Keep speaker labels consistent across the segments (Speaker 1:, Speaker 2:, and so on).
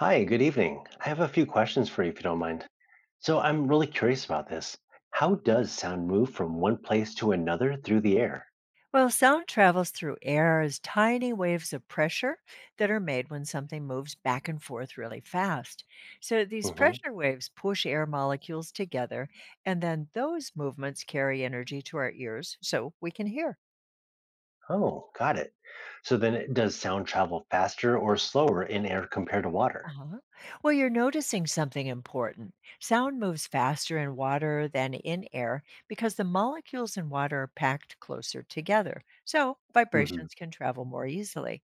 Speaker 1: Hi, good evening. I have a few questions for you if you don't mind. So, I'm really curious about this. How does sound move from one place to another through the air?
Speaker 2: Well, sound travels through air as tiny waves of pressure that are made when something moves back and forth really fast. So these
Speaker 1: Hmm.
Speaker 2: pressure waves push air molecules together, and then those movements carry energy to our ears so we can hear.
Speaker 1: Oh, got it. So, then does sound travel faster or slower in air compared to water?
Speaker 2: Uh-huh. Well, you're noticing something important. Sound moves faster in water than in air because the molecules in water are packed closer together. So
Speaker 1: Hmm.
Speaker 2: vibrations can travel more easily.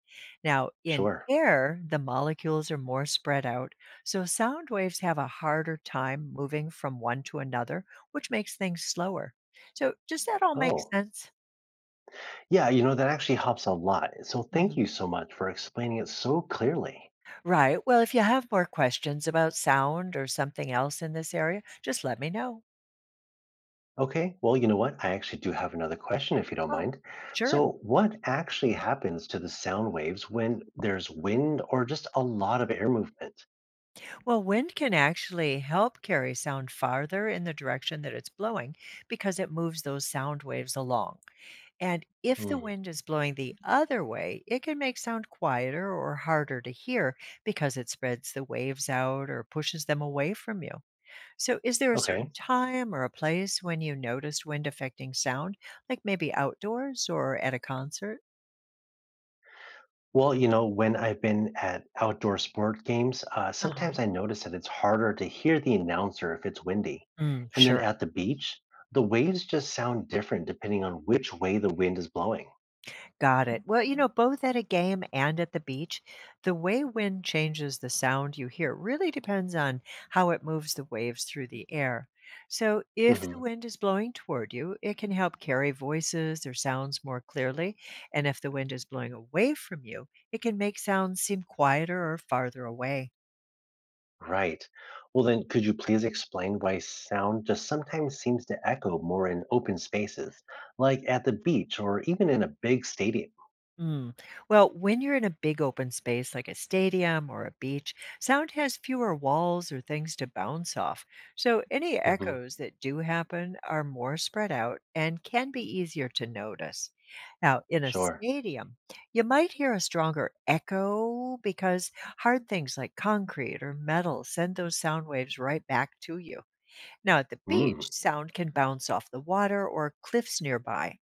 Speaker 2: Now, in
Speaker 1: Sure.
Speaker 2: air, the molecules are more spread out. So sound waves have a harder time moving from one to another, which makes things slower. So, does that all make
Speaker 1: Oh,
Speaker 2: sense?
Speaker 1: yeah, that actually helps a lot. So,
Speaker 2: Mhm.
Speaker 1: thank you so much for explaining it so clearly.
Speaker 2: Right. Well, if you have more questions about sound or something else in this area, just let me know.
Speaker 1: Okay, well, you know what? I actually do have another question if you don't
Speaker 2: Oh,
Speaker 1: mind.
Speaker 2: sure.
Speaker 1: So, what actually happens to the sound waves when there's wind or just a lot of air movement?
Speaker 2: Well, wind can actually help carry sound farther in the direction that it's blowing because it moves those sound waves along. And if the
Speaker 1: Hmm.
Speaker 2: wind is blowing the other way, it can make sound quieter or harder to hear because it spreads the waves out or pushes them away from you. So, is there a
Speaker 1: Okay.
Speaker 2: certain time or a place when you noticed wind affecting sound, like maybe outdoors or at a concert?
Speaker 1: Well, when I've been at outdoor sport games, sometimes
Speaker 2: Uh-huh.
Speaker 1: I notice that it's harder to hear the announcer if it's windy.
Speaker 2: Mm,
Speaker 1: And then
Speaker 2: sure.
Speaker 1: at the beach, the waves just sound different depending on which way the wind is blowing.
Speaker 2: Got it. Well, both at a game and at the beach, the way wind changes the sound you hear really depends on how it moves the waves through the air. So, if the
Speaker 1: Mhm.
Speaker 2: wind is blowing toward you, it can help carry voices or sounds more clearly. And if the wind is blowing away from you, it can make sounds seem quieter or farther away.
Speaker 1: Right. Well, then, could you please explain why sound just sometimes seems to echo more in open spaces, like at the beach or even in a big stadium?
Speaker 2: Mm. Well, when you're in a big open space like a stadium or a beach, sound has fewer walls or things to bounce off. So any
Speaker 1: Hmm.
Speaker 2: echoes that do happen are more spread out and can be easier to notice. Now, in a
Speaker 1: Sure.
Speaker 2: stadium, you might hear a stronger echo because hard things like concrete or metal send those sound waves right back to you. Now, at the
Speaker 1: Mm,
Speaker 2: beach, sound can bounce off the water or cliffs nearby.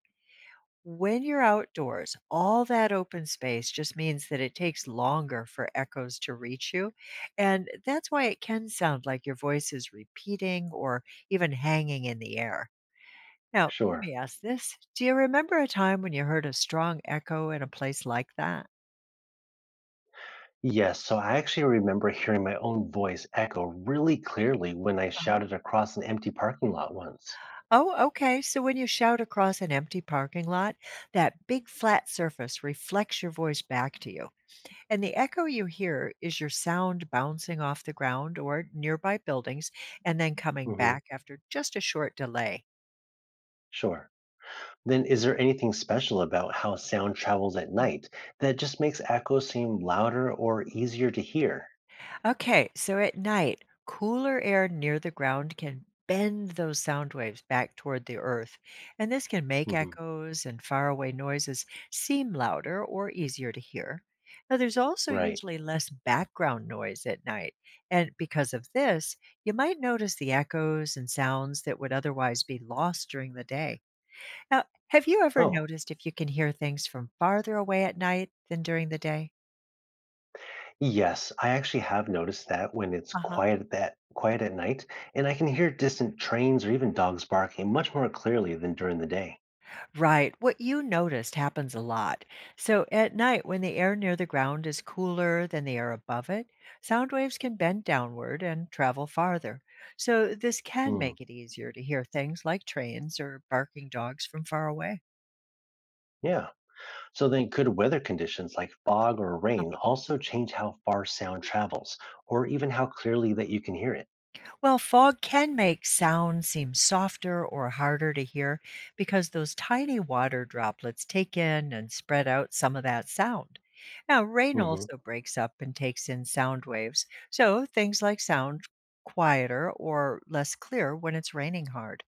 Speaker 2: When you're outdoors, all that open space just means that it takes longer for echoes to reach you. And that's why it can sound like your voice is repeating or even hanging in the air. Now, let
Speaker 1: sure.
Speaker 2: me ask this. Do you remember a time when you heard a strong echo in a place like that?
Speaker 1: Yes, so I actually remember hearing my own voice echo really clearly when I
Speaker 2: Uh-huh.
Speaker 1: shouted across an empty parking lot once.
Speaker 2: Oh, okay. So when you shout across an empty parking lot, that big flat surface reflects your voice back to you. And the echo you hear is your sound bouncing off the ground or nearby buildings and then coming
Speaker 1: Hmm.
Speaker 2: back after just a short delay.
Speaker 1: Sure. Then, is there anything special about how sound travels at night that just makes echoes seem louder or easier to hear?
Speaker 2: Okay, so at night, cooler air near the ground can bend those sound waves back toward the earth, and this can make
Speaker 1: Hmm.
Speaker 2: echoes and faraway noises seem louder or easier to hear. Now, there's also
Speaker 1: Right.
Speaker 2: usually less background noise at night, and because of this, you might notice the echoes and sounds that would otherwise be lost during the day. Now, have you ever
Speaker 1: Oh,
Speaker 2: noticed if you can hear things from farther away at night than during the day?
Speaker 1: yes, I actually have noticed that when it's
Speaker 2: Uh-huh.
Speaker 1: quiet at that quiet at night, and I can hear distant trains or even dogs barking much more clearly than during the day.
Speaker 2: Right. What you noticed happens a lot. So at night, when the air near the ground is cooler than the air above it, sound waves can bend downward and travel farther. So this can
Speaker 1: Hmm.
Speaker 2: make it easier to hear things like trains or barking dogs from far away.
Speaker 1: Yeah. So then could weather conditions like fog or rain also change how far sound travels or even how clearly that you can hear it?
Speaker 2: Well, fog can make sound seem softer or harder to hear because those tiny water droplets take in and spread out some of that sound. Now, rain
Speaker 1: Hmm.
Speaker 2: also breaks up and takes in sound waves, so things like sound quieter or less clear when it's raining hard.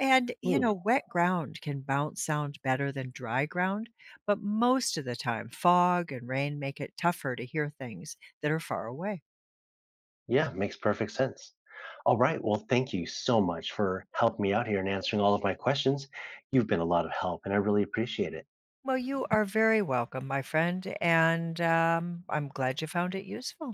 Speaker 2: And,
Speaker 1: Hmm.
Speaker 2: wet ground can bounce sound better than dry ground, but most of the time, fog and rain make it tougher to hear things that are far away.
Speaker 1: Yeah, makes perfect sense. All right. Well, thank you so much for helping me out here and answering all of my questions. You've been a lot of help and I really appreciate it.
Speaker 2: Well, you are very welcome, my friend, and, I'm glad you found it useful.